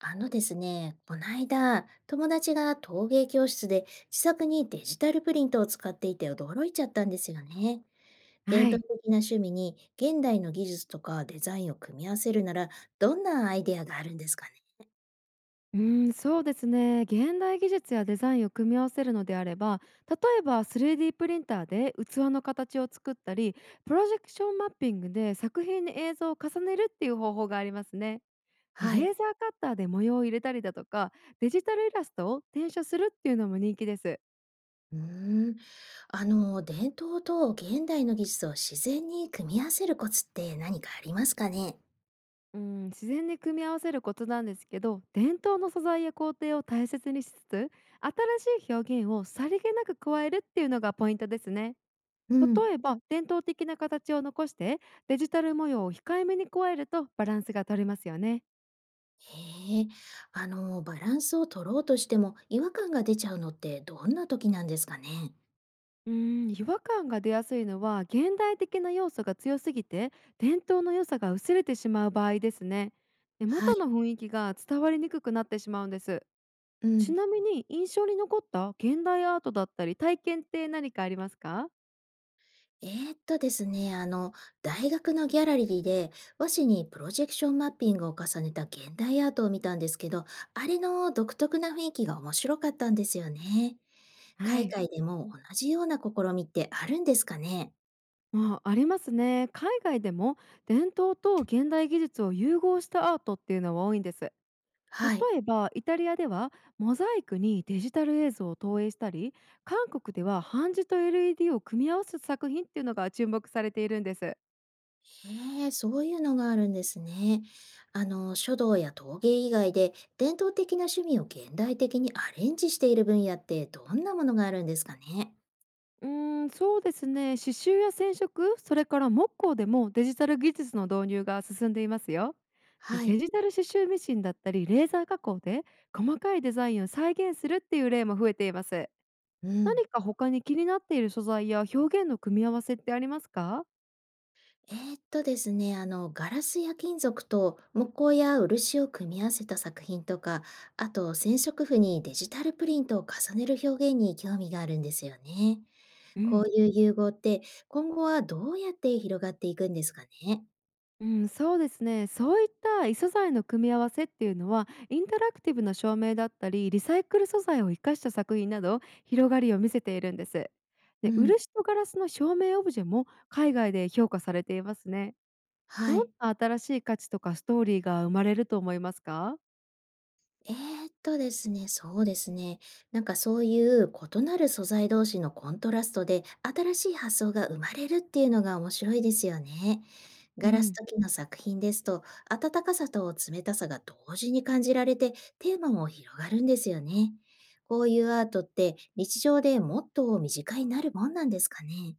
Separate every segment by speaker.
Speaker 1: あのですね、こないだ、友達が陶芸教室で自作にデジタルプリントを使っていて驚いちゃったんですよね。伝
Speaker 2: は
Speaker 1: 統
Speaker 2: い。
Speaker 1: 的な趣味に現代の技術とかデザインを組み合わせるなら、どんなアイデアがあるんですかね。
Speaker 2: うそうですね。現代技術やデザインを組み合わせるのであれば、例えば 3D プリンターで器の形を作ったり、プロジェクションマッピングで作品に映像を重ねるっていう方法がありますね。で
Speaker 1: は
Speaker 2: レ
Speaker 1: い。
Speaker 2: ーザーカッターで模様を入れたりだとか、デジタルイラストを転写するっていうのも人気です。
Speaker 1: うーん。あの、伝統と現代の技術を自然に組み合わせるコツって何かありますかね。
Speaker 2: うん、自然に組み合わせることなんですけど、伝統の素材や工程を大切にしつつ、新しい表現をさりげなく加えるっていうのがポイントですね。
Speaker 1: うん。
Speaker 2: 例えば伝統的な形を残してデジタル模様を控えめに加えるとバランスが取れますよね。
Speaker 1: へえ。あの、バランスを取ろうとしても違和感が出ちゃうのってどんな時なんですかね。
Speaker 2: うー違和感が出やすいのは現代的な要素が強すぎて伝統の良さが薄れてしまう場合ですね。で
Speaker 1: は
Speaker 2: 元
Speaker 1: い。
Speaker 2: の雰囲気が伝わりにくくなってしまうんです。
Speaker 1: う
Speaker 2: ち
Speaker 1: ん。
Speaker 2: なみに印象に残った現代アートだったり体験って何かありますか？
Speaker 1: ですね、あの、大学のギャラリーで和紙にプロジェクションマッピングを重ねた現代アートを見たんですけど、あれの独特な雰囲気が面白かったんですよね。
Speaker 2: は
Speaker 1: 海
Speaker 2: い。
Speaker 1: 外でも同じような試みってあるんですかね。
Speaker 2: まあ、ありますね。海外でも伝統と現代技術を融合したアートっていうのは多いんです。
Speaker 1: はい。
Speaker 2: 例えばイタリアではモザイクにデジタル映像を投影したり、韓国では版字と LED を組み合わせた作品っていうのが注目されているんです。
Speaker 1: へえ、そういうのがあるんですね。あの、書道や陶芸以外で伝統的な趣味を現代的にアレンジしている分野ってどんなものがあるんですかね。
Speaker 2: そうですね、刺繍や染色、それから木工でもデジタル技術の導入が進んでいますよ。で
Speaker 1: は
Speaker 2: デ
Speaker 1: い。
Speaker 2: ジタル刺繍ミシンだったりレーザー加工で細かいデザインを再現するっていう例も増えています。
Speaker 1: うん。
Speaker 2: 何か他に気になっている素材や表現の組み合わせってありますか？
Speaker 1: ですね、あの、ガラスや金属と木工や漆を組み合わせた作品とか、あと染色布にデジタルプリントを重ねる表現に興味があるんですよね。
Speaker 2: う
Speaker 1: こう
Speaker 2: ん
Speaker 1: いう融合って今後はどうやって広がっていくんですかね。
Speaker 2: うん、そうですね。そういった異素材の組み合わせっていうのは、インタラクティブな照明だったり、リサイクル素材を生かした作品など、広がりを見せているんです。
Speaker 1: う
Speaker 2: で、
Speaker 1: ん。
Speaker 2: 漆とガラスの照明オブジェも海外で評価されていますね。ど
Speaker 1: は
Speaker 2: ん
Speaker 1: い。
Speaker 2: な新しい価値とかストーリーが生まれると思いますか？
Speaker 1: ですね、そうですね。なんかそういう異なる素材同士のコントラストで新しい発想が生まれるっていうのが面白いですよね。
Speaker 2: う
Speaker 1: ガラス
Speaker 2: ん、
Speaker 1: と木の作品ですと、暖かさと冷たさが同時に感じられて、テーマも広がるんですよね。こういうアートって日常でもっと身近になるもんなんですかね。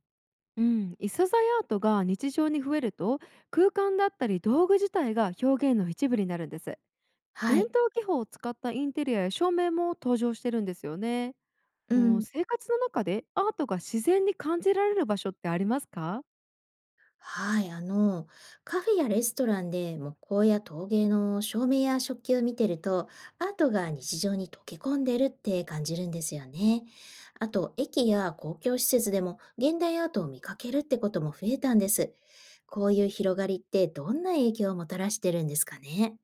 Speaker 2: うん、異素材アートが日常に増えると、空間だったり道具自体が表現の一部になるんです。
Speaker 1: は
Speaker 2: 伝
Speaker 1: い。
Speaker 2: 統技法を使ったインテリアや照明も登場してるんですよね。
Speaker 1: う
Speaker 2: うん、
Speaker 1: ん。
Speaker 2: 生活の中でアートが自然に感じられる場所ってありますか？
Speaker 1: はい、あの、カフェやレストランで木工や陶芸の照明や食器を見てると、アートが日常に溶け込んでるって感じるんですよね。あと、駅や公共施設でも現代アートを見かけるってことも増えたんです。こういう広がりってどんな影響をもたらしてるんですかね。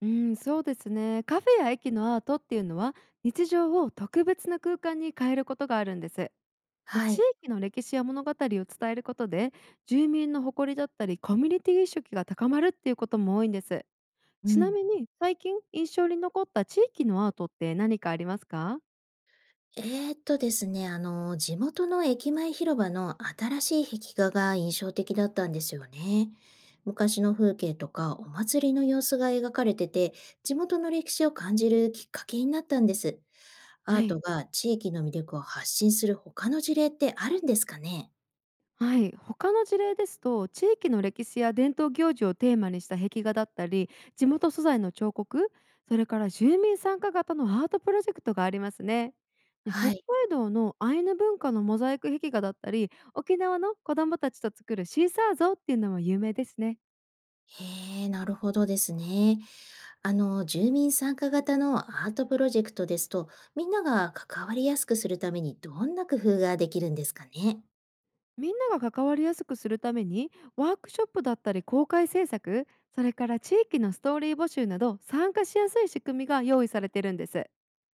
Speaker 2: そうですね。カフェや駅のアートっていうのは、日常を特別な空間に変えることがあるんです。で、
Speaker 1: は
Speaker 2: 地
Speaker 1: い。
Speaker 2: 域の歴史や物語を伝えることで、住民の誇りだったり、コミュニティ意識が高まるっていうことも多いんです。
Speaker 1: う
Speaker 2: ちな
Speaker 1: ん。
Speaker 2: みに、最近印象に残った地域のアートって何かありますか？
Speaker 1: ですね、あの、地元の駅前広場の新しい壁画が印象的だったんですよね。昔の風景とかお祭りの様子が描かれてて、地元の歴史を感じるきっかけになったんです。ア
Speaker 2: は
Speaker 1: ート
Speaker 2: い。
Speaker 1: が地域の魅力を発信する他の事例ってあるんですかね。
Speaker 2: はい、他の事例ですと地域の歴史や伝統行事をテーマにした壁画だったり、地元素材の彫刻、それから住民参加型のアートプロジェクトがありますね。で
Speaker 1: は
Speaker 2: 北
Speaker 1: い。
Speaker 2: 海道のアイヌ文化のモザイク壁画だったり、沖縄の子どもたちと作るシーサー像っていうのも有名ですね。
Speaker 1: へえ、なるほどですね。あの、住民参加型のアートプロジェクトですと、みんなが関わりやすくするためにどんな工夫ができるんですかね。
Speaker 2: みんなが関わりやすくするためにワークショップだったり公開制作、それから地域のストーリー募集など参加しやすい仕組みが用意されてるんです。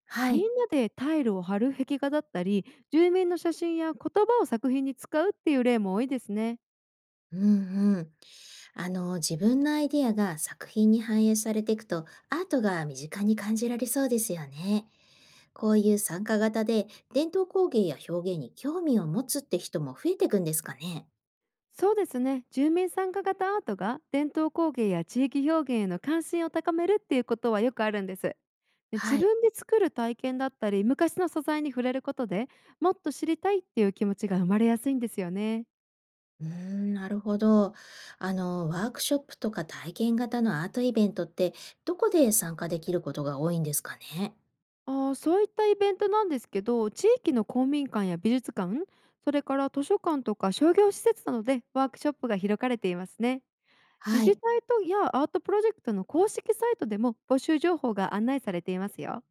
Speaker 1: は
Speaker 2: みん
Speaker 1: い。
Speaker 2: なでタイルを張る壁画だったり、住民の写真や言葉を作品に使うっていう例も多いですね。
Speaker 1: うんうん。あの、自分のアイディアが作品に反映されていくと、アートが身近に感じられそうですよね。こういう参加型で、伝統工芸や表現に興味を持つって人も増えていくんですかね。
Speaker 2: そうですね。住民参加型アートが伝統工芸や地域表現への関心を高めるっていうことはよくあるんです。で
Speaker 1: は
Speaker 2: 自
Speaker 1: い。
Speaker 2: 分で作る体験だったり、昔の素材に触れることでもっと知りたいっていう気持ちが生まれやすいんですよね。
Speaker 1: うーん、なるほど。あの、ワークショップとか体験型のアートイベントって、どこで参加できることが多いんですかね。
Speaker 2: あーそういったイベントなんですけど、地域の公民館や美術館、それから図書館とか商業施設などでワークショップが開かれていますね。
Speaker 1: は
Speaker 2: 自治
Speaker 1: い。
Speaker 2: 体とやアートプロジェクトの公式サイトでも募集情報が案内されていますよ。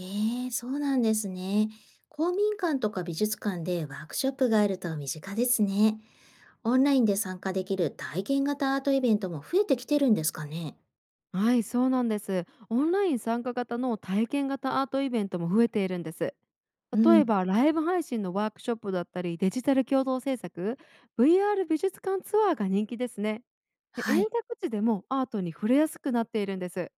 Speaker 1: へえ、そうなんですね。公民館とか美術館でワークショップがあると身近ですね。オンラインで参加できる体験型アートイベントも増えてきてるんですかね。
Speaker 2: はい、そうなんです。オンライン参加型の体験型アートイベントも増えているんです。
Speaker 1: う
Speaker 2: 例え
Speaker 1: ん、
Speaker 2: ば、ライブ配信のワークショップだったり、デジタル共同制作、VR 美術館ツアーが人気ですね。で
Speaker 1: はい。
Speaker 2: 遠隔地でもアートに触れやすくなっているんです。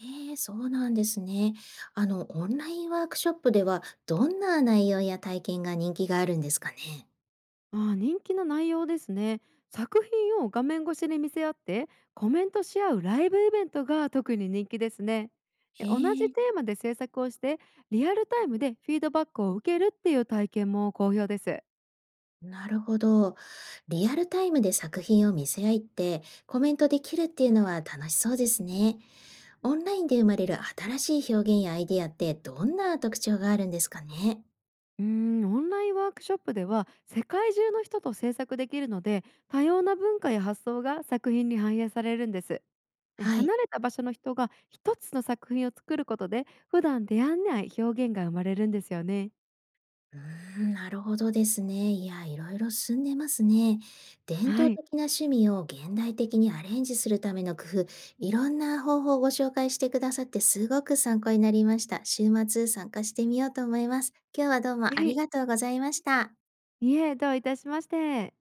Speaker 1: えー、そうなんですね。あの、オンラインワークショップでは、どんな内容や体験が人気があるんですかね。
Speaker 2: ああ、人気の内容ですね。作品を画面越しに見せ合ってコメントし合うライブイベントが特に人気ですね。で
Speaker 1: え
Speaker 2: 同じテ
Speaker 1: ー、
Speaker 2: ーマで制作をしてリアルタイムでフィードバックを受けるっていう体験も好評です。
Speaker 1: なるほど。リアルタイムで作品を見せ合いって、コメントできるっていうのは楽しそうですね。オンラインで生まれる新しい表現やアイディアって、どんな特徴があるんですかね。
Speaker 2: オンラインワークショップでは世界中の人と制作できるので多様な文化や発想が作品に反映されるんです。え、
Speaker 1: はい。
Speaker 2: 離れた場所の人が一つの作品を作ることで普段出会えない表現が生まれるんですよね。
Speaker 1: うーん、なるほどですね。いや、いろいろ進んでますね。伝
Speaker 2: は
Speaker 1: 統
Speaker 2: い。
Speaker 1: 的な趣味を現代的にアレンジするための工夫、いろんな方法をご紹介してくださってすごく参考になりました。週末参加してみようと思います。今日はどう
Speaker 2: ぜ
Speaker 1: もあり
Speaker 2: ひ。
Speaker 1: がとうございました。
Speaker 2: いえ、どういたしまして。